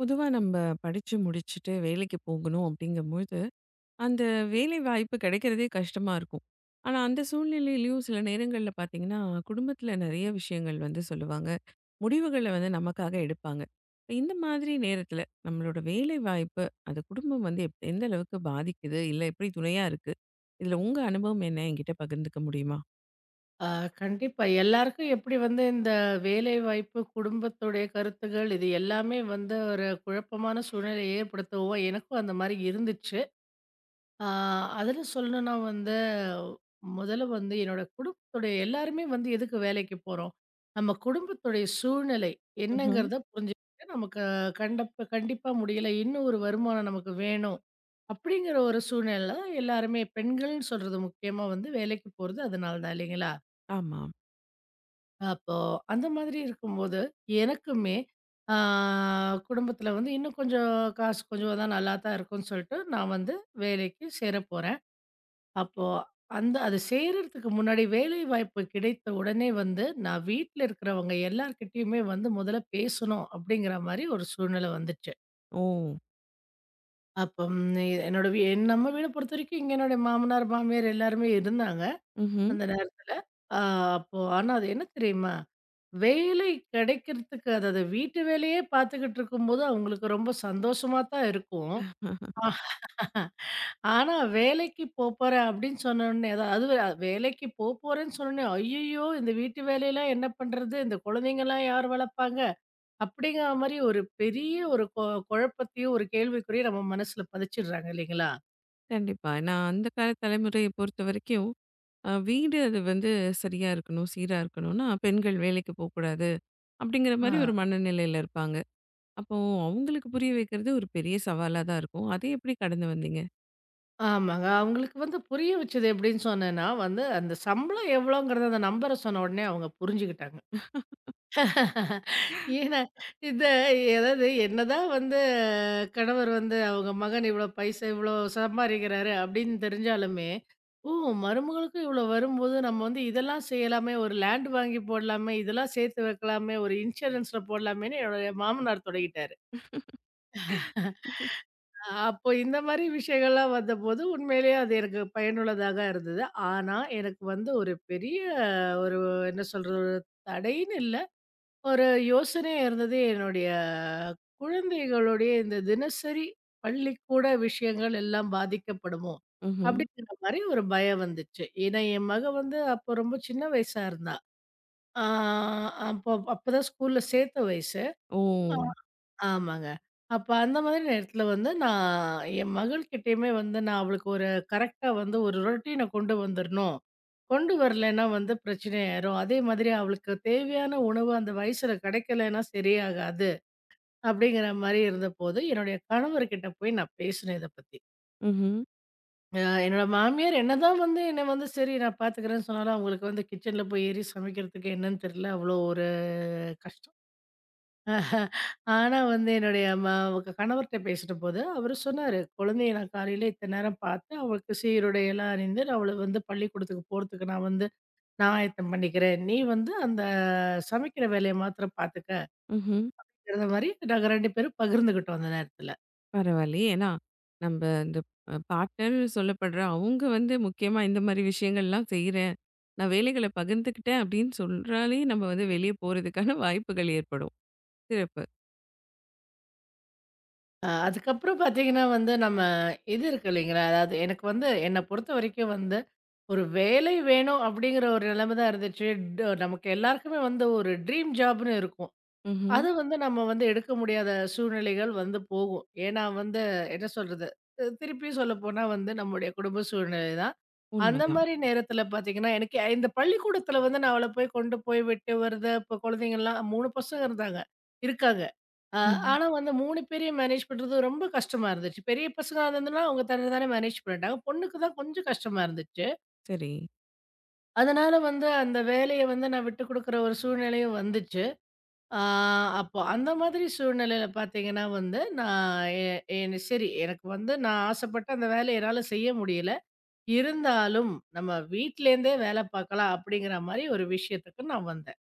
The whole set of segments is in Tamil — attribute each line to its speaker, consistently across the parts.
Speaker 1: பொதுவா நம்ம படிச்சு முடிச்சுட்டு வேலைக்கு போகணும் அப்படிங்கும்போது, அந்த வேலை வாய்ப்பு கிடைக்கிறதே கஷ்டமா இருக்கும். ஆனா, அந்த சூழ்நிலையிலயும் சில நேரங்கள்ல பார்த்தீங்கன்னா, குடும்பத்துல நெறைய விஷயங்கள் வந்து சொல்லுவாங்க. முடிவுகள வந்து நமக்காக எடுப்பாங்க. இப்ப இந்த மாதிரி நேரத்துல நம்மளோட வேலை வாய்ப்பு, அது குடும்பம் வந்து எந்த அளவுக்கு பாதிக்குது? இல்ல எப்படி துணையா இருக்கு? இதுல உங்க அனுபவம் என்ன? என்கிட்ட பகிர்ந்துக்க முடியுமா?
Speaker 2: ஆ, கண்டிப்பா. எல்லாருக்கும் எப்படி வந்து இந்த வேலைவாய்ப்பு, குடும்பத்துடைய கருத்துகள் இது எல்லாமே வந்து ஒரு குழப்பமான சூழ்நிலையை ஏற்படுத்தவும், எனக்கும் அந்த மாரி இருந்துச்சு. ஆ அதில சொல்லணும்னா வந்து, முதல்ல வந்து என்னோட குடும்பத்துடைய எல்லாருமே வந்து எதுக்கு வேலைக்கு போறோம்? நம்ம குடும்பத்துடைய சூழ்நிலை
Speaker 1: ம்ஹ்ம்.
Speaker 2: என்னங்கிறத புரிஞ்சுக்கிட்டு, நமக்கு கண்டிப்பா முடியல. இன்னும் ஒரு வருமானம் நமக்கு வேணும். அப்படிங்கிற ஒரு சூழ்நிலையில தான் எல்லாருமே பெண்கள்னு சொல்றது முக்கியமா வந்து வேலைக்கு போறது அதனால தான் இல்லைங்களா?
Speaker 1: ஆமா.
Speaker 2: அப்போ அந்த மாதிரி இருக்கும்போது, எனக்குமே ஆ குடும்பத்தில வந்து இன்னும் கொஞ்சம் காசு கொஞ்சம் தான் நல்லா தான் இருக்கும்ன்னு சொல்லிட்டு, நான் வந்து வேலைக்கு சேர போறேன். அப்போ அது சேர்றதுக்கு முன்னாடி வேலைவாய்ப்பு கிடைத்த உடனே வந்து, நான் வீட்ல இருக்கிறவங்க எல்லார்கிட்டயுமே வந்து முதல்ல பேசணும் அப்படிங்கிற மாரி ஒரு சூழ்நிலை வந்துச்சு.
Speaker 1: ஓ!
Speaker 2: அப்பம் என்னோட வீ நம்ம வீட பொறுத்தவரைக்கும் இங்க என்னோட மாமனார், மாமியார் எல்லாருமே இருந்தாங்க.
Speaker 1: ம்ஹ்ம்.
Speaker 2: அந்த நேரத்துல. ஆ அப்போ ஆனா அது என்ன தெரியுமா? வேலை கிடைக்கிறதுக்கு அதாவது வீட்டு வேலையே பார்த்துக்கிட்டு இருக்கும்போது அவங்களுக்கு ரொம்ப சந்தோஷமா தான் இருக்கும். ஆஹ், ஆனா வேலைக்கு போப்போறேன் அப்படின்னு சொன்னோனே அதாவது அது வேலைக்கு போப்போறேன்னு சொன்னோனே, ஐய்யயோ! இந்த வீட்டு வேலையெல்லாம் என்ன பண்றது? இந்த குழந்தைங்கலாம் யார் வளர்ப்பாங்க? அப்படிங்கிற மாரி ஒரு பெரிய ஒரு கொ குழப்பத்தையும், ஒரு கேள்விக்குறியும் நம்ம மனசுல பதிச்சுடுறாங்க இல்லைங்களா?
Speaker 1: கண்டிப்பா. ஏன்னா, அந்த கால தலைமுறைய பொறுத்தவரைக்கும், வீடு அது வந்து சரியா இருக்கணும், சீரா இருக்கணும்னா, பெண்கள் வேலைக்கு போக்கூடாது அப்படிங்கிற மாரி
Speaker 2: ஆ.
Speaker 1: ஒரு மனநிலையில இருப்பாங்க. அப்போ அவங்களுக்கு புரிய வைக்கிறது ஒரு பெரிய சவாலா தான் இருக்கும். அதை எப்படி கடந்து வந்தீங்க?
Speaker 2: ஆமாங்க. அவங்களுக்கு வந்து புரிய வச்சது எப்படின்னு சொன்னேன்னா, வந்து அந்த சம்பளம் எவ்வளோங்கிறத அந்த நம்பர சொன்ன உடனே அவங்க புரிஞ்சுகிட்டாங்க. ஏன்னா, இந்த அதாவது என்னதான் வந்து கணவர் வந்து அவங்க மகன் இவ்வளோ பைசா இவ்வளோ சம்பாரிக்கிறாரு அப்படின்னு தெரிஞ்சாலுமே, ஓ! மருமகளுக்கும் இவ்வளோ வரும்போது நம்ம வந்து இதெல்லாம் செய்யலாமே, ஒரு லேண்ட் வாங்கி போடலாமே, இதெல்லாம் சேர்த்து வைக்கலாமே, ஒரு இன்சூரன்ஸ்ல போடலாமேன்னு என்னுடைய மாமனார் தொடங்கிட்டாரு. அப்போ இந்த மாரி விஷயங்கள்லாம் வந்தபோது, உண்மையிலேயே அது எனக்கு பயனுள்ளதாக இருந்தது. ஆனா, எனக்கு வந்து ஒரு பெரிய ஒரு என்ன சொல்றது? ஒரு தடைன்னு இல்ல. ஒரு யோசனையா இருந்தது. என்னுடைய குழந்தைகளுடைய இந்த தினசரி பள்ளிக்கூட விஷயங்கள் எல்லாம் பாதிக்கப்படுமோ?
Speaker 1: ம்ஹ்ம்.
Speaker 2: அப்படிங்கிற மாரி ஒரு பயம் வந்துச்சு. ஏன்னா, என் மக வந்து அப்போ ரொம்ப சின்ன வயசா இருந்தா. ஆ அப்போ அப்பதான் ஸ்கூல்ல சேர்த்த வயசு.
Speaker 1: ஓ!
Speaker 2: ஆமாங்க. அப்ப அந்த மாதிரி நேரத்துல வந்து நான் என் மகள்கிட்டயுமே வந்து நான் அவளுக்கு ஒரு கரெக்ட்டா வந்து ஒரு ரொட்டீன கொண்டு வந்துரணும். கொண்டு வரலைன்னா வந்து பிரச்சனை ஆயிரும். அதே மாதிரி அவளுக்கு தேவையான உணவு அந்த வயசுல கிடைக்கலைன்னா சரியாகாது. அப்படிங்கிற மாரி இருந்தபோது, என்னுடைய கணவர்கிட்ட போய் நான் பேசினேன் இத பத்தி.
Speaker 1: ம்ஹ்ம்,
Speaker 2: என்னோட மாமியார் என்னதான் வந்து என்ன வந்து சரி நான் பார்த்துக்கிறேன்னு சொன்னாலும், அவங்களுக்கு வந்து கிச்சன்ல போய் ஏறி சமைக்கிறதுக்கு என்னன்னு தெரியல. அவ்வளோ ஒரு கஷ்டம். ஆஹா. ஆனா வந்து என்னுடைய ம கணவர்ட்ட பேசுறபோது, அவரு சொன்னாரு, "குழந்தைய நான் காலையில இத்தன நேரம் பார்த்து, அவளுக்கு சீருடை எல்லாம் அணிந்து, அவள வந்து பள்ளிக்கூடத்துக்கு போறதுக்கு நான் ஆயத்தம் பண்ணிக்கிறேன். நீ வந்து அந்த சமைக்கிற வேலைய மாத்திரம் பார்த்துக்கங்கிற"
Speaker 1: ம்ஹ்ம்.
Speaker 2: மாரி நாங்க 2 பேரும் பகிர்ந்துகிட்டோம் அந்த நேரத்துல.
Speaker 1: பரவாயில்லையே! ஏன்னா, நம்ப இந்த பார்ட்னர்ன்னு சொல்லப்படுற அவங்க வந்து முக்கியமா இந்த மாரி விஷயங்கள்லாம் செய்றேன். நான் வேலைகள பகிர்ந்துக்கிட்டேன் அப்படின்னு சொல்றாலே நம்ம வந்து வெளிய போறதுக்கான வாய்ப்புகள் ஏற்படும். சிறப்பு.
Speaker 2: அதுக்கப்புறம் பார்த்தீங்கன்னா வந்து, நம்ம இது இருக்கு இல்லைங்களா? அதாவது எனக்கு வந்து என்ன பொறுத்த வரைக்கும் வந்து, ஒரு வேலை வேணும் அப்படிங்கிற ஒரு நிலைமை தான் இருந்துச்சு. நமக்கு எல்லாருக்குமே வந்து ஒரு ட்ரீம் ஜாப்ன்னு இருக்கும்.
Speaker 1: ம்ஹ்ம்.
Speaker 2: அது வந்து நம்ம வந்து எடுக்க முடியாத சூழ்நிலைகள் வந்து போகும். ஏன்னா வந்து என்ன சொல்றது? திருப்பியும் சொல்லப்போனா வந்து நம்முடைய குடும்ப சூழ்நிலை தான். அந்த
Speaker 1: உண்மதான்.
Speaker 2: மாரி நேரத்தில பார்த்தீங்கன்னா, எனக்கு இந்த பள்ளிக்கூடத்தில வந்து நான் அவள போய் கொண்டு போய் விட்டு வருது. இப்போ குழந்தைங்கலாம் 3 பசங்க இருந்தாங்க. இருக்காங்க. அ
Speaker 1: ம்ஹ்ம்.
Speaker 2: ஆனா வந்து 3 பேரையும் மேனேஜ் பண்றது ரொம்ப கஷ்டமா இருந்துச்சு. பெரிய பசங்களா இருந்ததுன்னா, அவங்க தன்ன தானே மேனேஜ் பண்ணிட்டாங்க. பொண்ணுக்கு தான் கொஞ்சம் கஷ்டமா இருந்துச்சு.
Speaker 1: சரி.
Speaker 2: அதனால வந்து அந்த வேலைய வந்து நான் விட்டு குடுக்குற ஒரு சூழ்நிலையும் வந்துச்சு. ஆ அப்போ அந்த மாதிரி சூழ்நிலையில பார்த்தீங்கன்னா வந்து, நான் எ என் சரி எனக்கு வந்து நான் ஆசைப்பட்ட அந்த வேலைய என்னால செய்ய முடியல. இருந்தாலும் நம்ம வீட்லேருந்தே வேலை பார்க்கலாம் அப்படிங்கிற மாரி ஒரு விஷயத்துக்கு நான் வந்தேன்.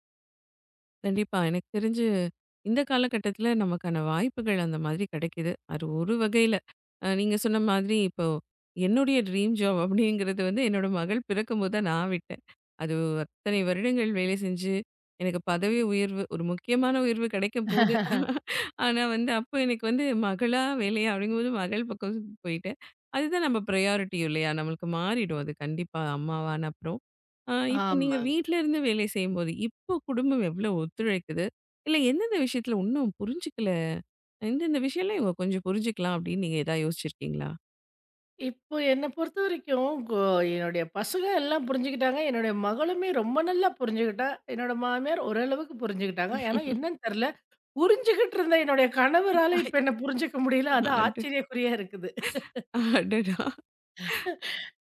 Speaker 1: கண்டிப்பா. எனக்கு தெரிஞ்சு இந்த காலகட்டத்தில நமக்கான வாய்ப்புகள் அந்த மாதிரி கிடைக்குது. அது ஒரு வகையில. நீங்க சொன்ன மாதிரி இப்போ என்னுடைய ட்ரீம் ஜாப் அப்படிங்கிறது வந்து என்னோட மகள் பிறக்கும்போது தான் நான் விட்டேன். அது அத்தனை வருடங்கள் வேலை செஞ்சு, எனக்கு பதவி உயர்வு ஒரு முக்கியமான உயர்வு கிடைக்கப்போது. ஆனா வந்து அப்போ எனக்கு வந்து மகளா வேலையா அப்படிங்கும்போது மகள் பக்கம் போயிட்டேன். அதுதான் நம்ம ப்ரையாரிட்டியும் இல்லையா? நம்மளுக்கு மாறிடும் அது கண்டிப்பா அம்மாவான அப்புறம். இப்போ நீங்க
Speaker 2: ஆமாங்க.
Speaker 1: வீட்ல இருந்து வேலை செய்யும்போது, இப்போ குடும்பம் எவ்ளோ ஒத்துழைக்குது? இல்ல எந்தெந்த விஷயத்துல இன்னும் புரிஞ்சுக்கல? இந்தந்த விஷயம்லாம் இவங்க கொஞ்சம் புரிஞ்சுக்கலாம் அப்படின்னு நீங்க ஏதாவது யோசிச்சிருக்கீங்களா?
Speaker 2: இப்போ என்ன பொறுத்தவரைக்கும் என்னுடைய பசங்க எல்லாம் புரிஞ்சுக்கிட்டாங்க. என்னுடைய மகளுமே ரொம்ப நல்லா புரிஞ்சுக்கிட்டா. என்னோட மாமியார் ஓரளவுக்கு புரிஞ்சுக்கிட்டாங்க. ஏன்னா என்னன்னு தெரியல. புரிஞ்சுகிட்டு இருந்த என்னுடைய கணவரால இப்ப என்ன புரிஞ்சுக்க முடியல. அது
Speaker 1: அட
Speaker 2: ஆச்சரியக்குறியா இருக்குது.
Speaker 1: அடடா!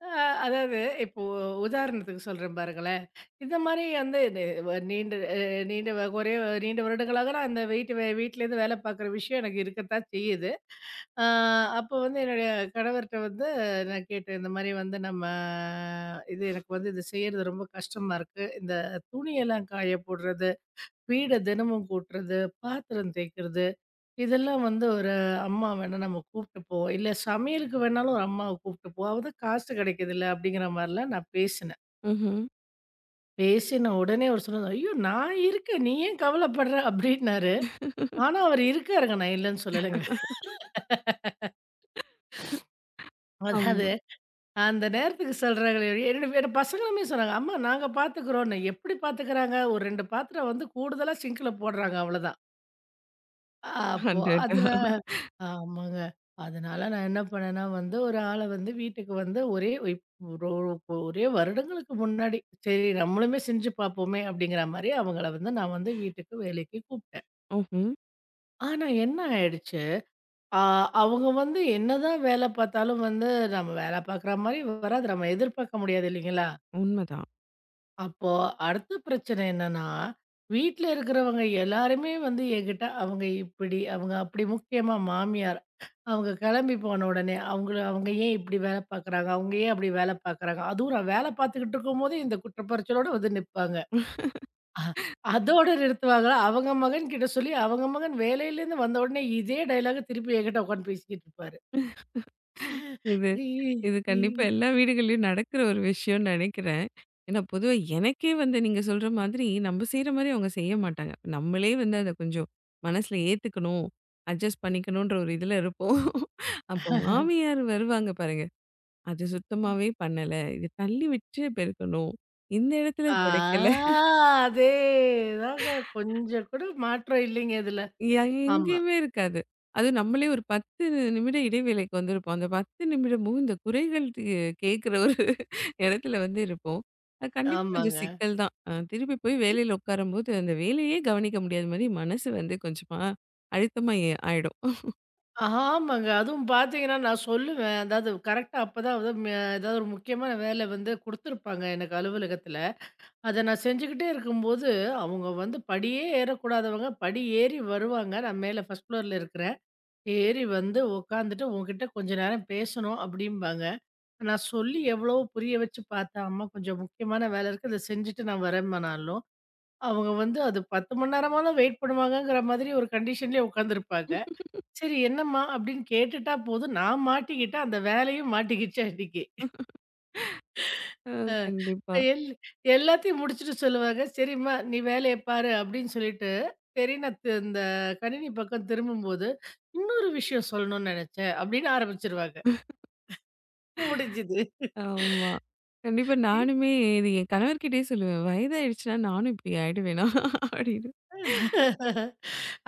Speaker 2: அ அதாவது இப்போ உதாரணத்துக்கு சொல்றேன் பாருங்களேன். இந்த மாரி வந்து நி வ நீண்ட அ நீண்ட வ ஒரே வ- நீண்ட வருடங்களாக நான் அந்த வீட்டு வே வீட்லேருந்து வேலை பார்க்குற விஷயம் எனக்கு இருக்கத்தான் செய்யுது. ஆ அப்போ வந்து என்னுடைய கணவர்ட்ட வந்து நான் கேட்டேன். இந்த மாரி வந்து நம்ம இது எனக்கு வந்து இது செய்றது ரொம்ப கஷ்டமா இருக்கு. இந்த துணியெல்லாம் காய போடுறது, வீட தினமும் கூட்டுறது, பாத்திரம் தேய்க்கிறது இதெல்லாம் வந்து ஒரு அம்மா வேணா நம்ம கூப்பிட்டுப்போம். இல்ல சமையலுக்கு வேணாலும் ஒரு அம்மாவ கூப்பிட்டுப்போம். அவ தான் காசு கிடைக்குதுல்ல அப்படிங்கிற மாரிலாம் நான் பேசினேன்.
Speaker 1: ம்ஹ்ம்.
Speaker 2: பேசின உடனே அவரு சொன்னாரு, "ஐயோ! நான் இருக்கேன். நீ ஏன் கவலைப்படுற?" அப்படின்னாரு. ஆனா அவரு இருக்காருங்க. நான் இல்லன்னு சொல்லலங்க.
Speaker 1: ஆமா.
Speaker 2: அதாவது அந்த நேரத்துக்கு சொல்றாங்களே ஒழிய என்னோட என்னோட பசங்களுமே சொன்னாங்க, "அம்மா நாங்க பார்த்துக்கிறோம்ன்னு." எப்படி பார்த்துக்கிறாங்க? ஒரு 2 பாத்திரம் வந்து கூடுதலா சிங்க்ல போடுறாங்க அவ்வளோதான். அப்போ
Speaker 1: அடடா!
Speaker 2: அதுல ஆமாங்க. அதனால நான் என்ன பண்ணேன்னா வந்து, ஒரு ஆள வந்து வீட்டுக்கு வந்து ஒரே இப் ஒரு ஒரு- ஒரே வருடங்களுக்கு முன்னாடி, சரி நம்மளுமே செஞ்சு பார்ப்போமே அப்படிங்கிற மாரி அவங்கள வந்து நான் வந்து வீட்டுக்கு வேலைக்கு கூப்பிட்டேன்.
Speaker 1: ம்ஹ்ம்.
Speaker 2: ஆனா என்ன ஆயிடுச்சு, அ அவங்க வந்து என்னதான் வேல பார்த்தாலும் வந்து நம்ம வேல பார்க்குற மாரி வராது. நம்ம எதிர்பார்க்க முடியாது இல்லைங்களா?
Speaker 1: உண்மதான்.
Speaker 2: அப்போ அடுத்த பிரச்சனை என்னன்னா, வீட்ல இருக்கிறவங்க எல்லாருமே வந்து என்கிட்ட அவங்க இப்படி, அவங்க அப்படி முக்கியமா மாமியார். அவங்க கிளம்பி போன உடனே அவங்கள அவங்க ஏன் இப்படி வேலை பார்க்குறாங்க? அவங்க ஏன் அப்படி வேலை பார்க்குறாங்க? அதுவும் நான் வேலை பார்த்துக்கிட்டு இருக்கும்போதே இந்த குற்றப்பரிச்சலோட வந்து நிப்பாங்க. அ அதோட நிறுத்துவாங்களா? அவங்க மகன்கிட்ட சொல்லி அவங்க மகன் வேலையிலேருந்து வந்த உடனே இதே டயலாக திருப்பி என்கிட்ட உட்காந்து பேசிக்கிட்டு இருப்பாரு.
Speaker 1: இது
Speaker 2: இ
Speaker 1: இது
Speaker 2: இ
Speaker 1: கண்டிப்பா
Speaker 2: இ
Speaker 1: எல்லா வீடுகள்லயும் நடக்கிற ஒரு விஷயம்னு நினைக்கிறேன். ஏன்னா, பொதுவா எனக்கே வந்து நீங்க சொல்ற மாதிரி, நம்ம செய்ற மாரி அவங்க செய்ய மாட்டாங்க. நம்மளே வந்து அத கொஞ்சம் மனசுல ஏத்துக்கணும், அட்ஜஸ்ட் பண்ணிக்கணுன்ற ஒரு இதுல இருப்போம். அப்ப மாமியார் வருவாங்க பாருங்க. அது
Speaker 2: அ
Speaker 1: சுத்தமாவே பண்ணல. இது தள்ளி வச்சு பெருக்கணும். இந்த இடத்துல
Speaker 2: ஆ
Speaker 1: துடைக்கல.
Speaker 2: அதேதாங்க. கொஞ்சம் கூட மாற்றம் இல்லைங்க இதுல.
Speaker 1: ய
Speaker 2: ஆமா.
Speaker 1: எங்கேயுமே இருக்காது. அதுவும் நம்மளே ஒரு 10 நிமிட இடைவேளைக்கு வந்திருப்போம். அந்த 10 நிமிடமும் இந்த குறைகள் கேட்கிற ஒரு இடத்துல வந்து இருப்போம். அது கண்டிப்பா கொஞ்சம்
Speaker 2: ஆமாங்க.
Speaker 1: சிக்கல் தான். திருப்பி போய் வேலையில உட்காரும்போது, அந்த வேலையே கவனிக்க முடியாத மாரி மனசு வந்து கொஞ்சமா அழுத்தமா ஆயிடும்.
Speaker 2: ஆமாங்க. அதுவும் பார்த்தீங்கன்னா, நான் சொல்லுவேன். அதாவது கரெக்ட்டா அப்பதான் வந்து ஏதாவது ஒரு முக்கியமான வேலை வந்து குடுத்துருப்பாங்க எனக்கு அலுவலகத்தில. அத நான் செஞ்சுக்கிட்டே இருக்கும்போது, அவங்க வந்து படியே ஏறக்கூடாதவங்க, படி ஏறி வருவாங்க. நான் மேல 1 ஃப்ளோர்ல இருக்கிறேன். ஏறி வந்து உட்காந்துட்டு, "உன்கிட்ட கொஞ்ச நேரம் பேசணும்" அப்படிம்பாங்க. நான் சொல்லி எவ்வளவோ புரிய வச்சு பார்த்தேன். "அம்மா கொஞ்சம் முக்கியமான வேலை இருக்கு. இத செஞ்சுட்டு நான் வரேம்மானாலும்" அவங்க வந்து அது 10 மணி நேரமாலும் வெயிட் பண்ணுவாங்கங்கிற மாதிரி ஒரு கண்டிஷன்லயே உட்காந்துருப்பாங்க. சரி என்னம்மா? அப்படின்னு கேட்டுட்டா போதும். நான் மாட்டிக்கிட்டேன். அந்த வேலையும் மாட்டிக்கிச்சு அன்னைக்கு.
Speaker 1: அ
Speaker 2: அ
Speaker 1: கண்டிப்பா.
Speaker 2: எல் எல்லாத்தையும் முடிச்சுட்டு சொல்லுவாங்க. சரிம்மா நீ வேலைய பாரு அப்படின்னு சொல்லிட்டு, சரி நான் தி இந்த கணினி பக்கம் திரும்பும்போது, இன்னொரு விஷயம் சொல்லணும்னு நெனச்சேன் அப்படின்னு ஆரம்பிச்சுருவாங்க. முடிஞ்சுது.
Speaker 1: ஆமா. கண்டிப்பா நானுமே இது என் கணவர்கிட்டயே சொல்லுவேன். "வயதாயிடுச்சுனா நானும் இப்படி ஆயிடுவேனா?" அப்படின்னு.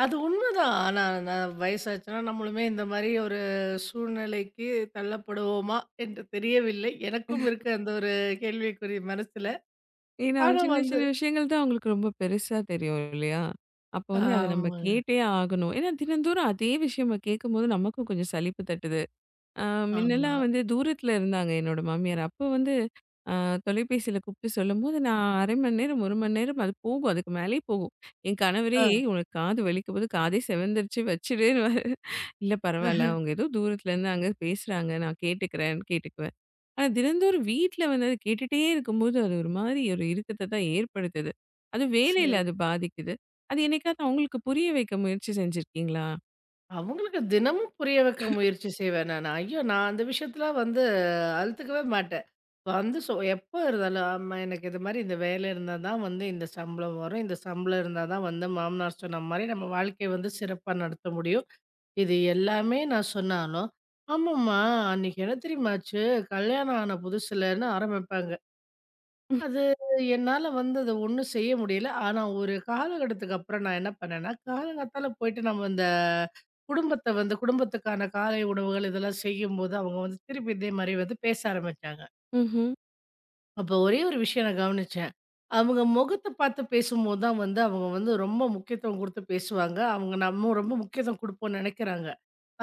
Speaker 2: அது உண்மதான். ஆனா நான் வயசாச்சுன்னா நம்மளுமே இந்த மாரி ஒரு சூழ்நிலைக்கு தள்ளப்படுவோமா என்று தெரியவில்லை. எனக்கும் இருக்கு அந்த ஒரு கேள்விக்குறி மனசுல.
Speaker 1: ஏன்னா,
Speaker 2: ஆனா
Speaker 1: சின்ன
Speaker 2: வந்து
Speaker 1: சின்ன விஷயங்கள் தான் அவங்களுக்கு ரொம்ப பெருசா தெரியும் இல்லையா? அப்போ வந்து அத நம்ம
Speaker 2: ஆமாங்க.
Speaker 1: கேட்டே ஆகணும். ஏன்னா தினந்தோறும் அதே விஷயம் கேட்கும்போது நமக்கும் கொஞ்சம் சலிப்பு தட்டுது. ஆ
Speaker 2: ஆமா.
Speaker 1: முன்னெல்லாம் வந்து தூரத்துல இருந்தாங்க என்னோட மாமியார். அப்போ வந்து அ தொலைபேசியில கூப்பிட்டு சொல்லும்போது, நான் 1/2 மணி நேரம், 1 மணி நேரம் அது போகும். அதுக்கு மேலயே போகும். என் கணவரே
Speaker 2: ஆ.
Speaker 1: "ஏய், "உனக்கு காது வலிக்கும் போது காதே செவந்துருச்சு வச்சுடுன்னுவாரு." "இல்ல பரவால்ல. அவங்க ஏதோ தூரத்துல இருந்து அங்க பேசுறாங்க. நான் கேட்டுக்கிறேன்னு" கேட்டுக்குவேன். ஆனா தினந்தோறும் வீட்ல வந்து அது கேட்டுட்டே இருக்கும்போது, அது ஒரு மாரி ஒரு இறுக்கத்த தான் ஏற்படுத்துது. அதுவும்
Speaker 2: சரி.
Speaker 1: வேலையில அது பாதிக்குது. அது என்னைக்காவது அவங்களுக்கு புரிய வைக்க முயற்சி செஞ்சிருக்கீங்களா?
Speaker 2: அவங்களுக்கு தினமும் புரிய வைக்க முயற்சி செய்வேன் நானு. ஐயோ! நான் அந்த விஷயத்தலாம் வந்து அழுத்துக்கவே மாட்டேன். வந்து சொ எப்போ இருந்தாலும் "அம்மா எனக்கு இது மாரி இந்த வேலை இருந்தா தான் வந்து இந்த சம்பளம் வரும். இந்த சம்பளம் இருந்தா தான் வந்து மாமனார் சொன்ன மாரி நம்ம வாழ்க்கைய வந்து சிறப்பா நடத்த முடியும்." இது எல்லாமே நான் சொன்னாலும், "ஆமாம்மா, அன்னைக்கு என்ன தெரியுமா ஆச்சு? கல்யாணம் ஆன புதுசுலன்னு" ஆரம்பிப்பாங்க. அது என்னால வந்து அத ஒண்ணும் செய்ய முடியல. ஆனா, ஒரு காலகட்டத்துக்கு அப்புறம் நான் என்ன பண்ணேன்னா, காலங்காத்தால போயிட்டு நம்ம இந்த குடும்பத்த வந்து குடும்பத்துக்கான காலை உணவுகள் இதெல்லாம் செய்யும்போது, அவங்க வந்து திருப்பி இதே மாரி வந்து பேச ஆரம்பிச்சாங்க.
Speaker 1: ம்ஹ்ம்.
Speaker 2: அப்போ ஒரே ஒரு விஷயம் நான் கவனிச்சேன். அவங்க முகத்த பார்த்து பேசும்போது தான் வந்து அவங்க வந்து ரொம்ப முக்கியத்துவம் குடுத்து பேசுவாங்க. அவங்க நம்ம ரொம்ப முக்கியத்துவம் குடுப்போம்னு நெனைக்கிறாங்க.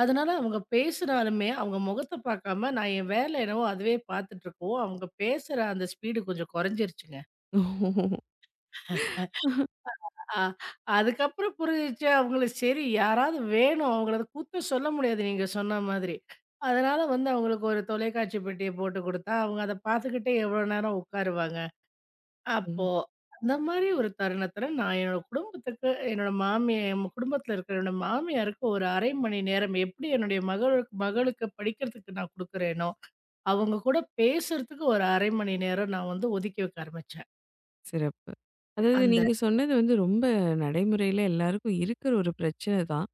Speaker 2: அதனால அவங்க பேசினாலுமே அவங்க முகத்த பார்க்காம நான் என் வேலை என்னவோ அதுவே பார்த்துட்டு இருக்கவும், அவங்க பேசுற அந்த ஸ்பீடு கொஞ்சம் குறைஞ்சிருச்சுங்க. ஆ. அதுக்கப்புறம் புரிஞ்சிச்சு அவங்களுக்கு சரி யாராவது வேணும். அவங்கள அத கூத்த சொல்ல முடியாது நீங்க சொன்ன மாதிரி. அதனால வந்து அவங்களுக்கு ஒரு தொலைக்காட்சி பெட்டிய போட்டு குடுத்தா, அவங்க அத பார்த்துக்கிட்டே எவ்வளோ நேரம் உட்காருவாங்க.
Speaker 1: ஓ!
Speaker 2: அப்போ அந்த மாரி ஒரு தருணத்தில நான் என்னோட குடும்பத்துக்கு என் குடும்பத்தில இருக்கிற என்னோட மாமியாருக்கு ஒரு அரை மணி நேரம் எப்படி என்னுடைய மகள் மகளுக்கு படிக்கிறதுக்கு நான் குடுக்குறேனோ, அவங்க கூட பேசுறதுக்கு ஒரு அரை மணி நேரம் நான் வந்து ஒதுக்கி வைக்க ஆரம்பிச்சேன்.
Speaker 1: சிறப்பு. அதாவது
Speaker 2: அந்த
Speaker 1: நீங்க சொன்னது வந்து ரொம்ப நடைமுறையில எல்லாருக்கும் இருக்கிற ஒரு பிரச்சனை தான்.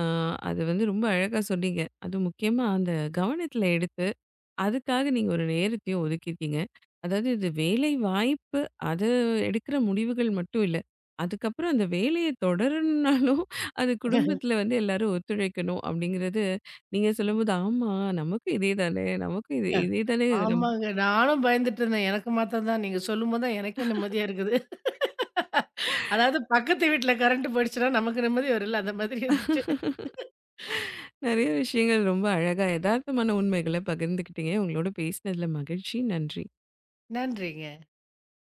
Speaker 1: ஆ அது வந்து ரொம்ப அழகா சொன்னீங்க. அதுவும் முக்கியமா அந்த கவனத்துல எடுத்து, அதுக்காக நீங்க ஒரு நேரத்தையும் ஒதுக்கியிருக்கீங்க. அதாவது இது வேலை வாய்ப்பு, அது எடுக்கிற முடிவுகள் மட்டும் இல்ல. அதுக்கப்புறம் அந்த வேலைய தொடரணும்னாலும், அது குடும்பத்துல வந்து எல்லாரும் ஒத்துழைக்கணும் அப்படிங்கிறது, நீங்க சொல்லும்போது, ஆமா நமக்கும் இதே தானே, நமக்கும் இதே
Speaker 2: அ
Speaker 1: இதே தானே
Speaker 2: ஆமாங்க. நானும் பயந்துட்டு இருந்தேன். எனக்கு மாத்தம் தான். நீங்க சொல்லும்போது தான் எனக்கே நிம்மதியா இருக்குது. அதாவது பக்கத்து வீட்ல கரண்ட் போயிடுச்சுன்னா நமக்கு நிம்மதி வரும்ல. அந்த மாதிரி இருந்துச்சு.
Speaker 1: நிறைய விஷயங்கள் ரொம்ப அழகா எதார்த்தமான உண்மைகள பகிர்ந்துக்கிட்டீங்க. உங்களோட பேசினதுல மகிழ்ச்சி. நன்றி.
Speaker 2: நன்றிங்க.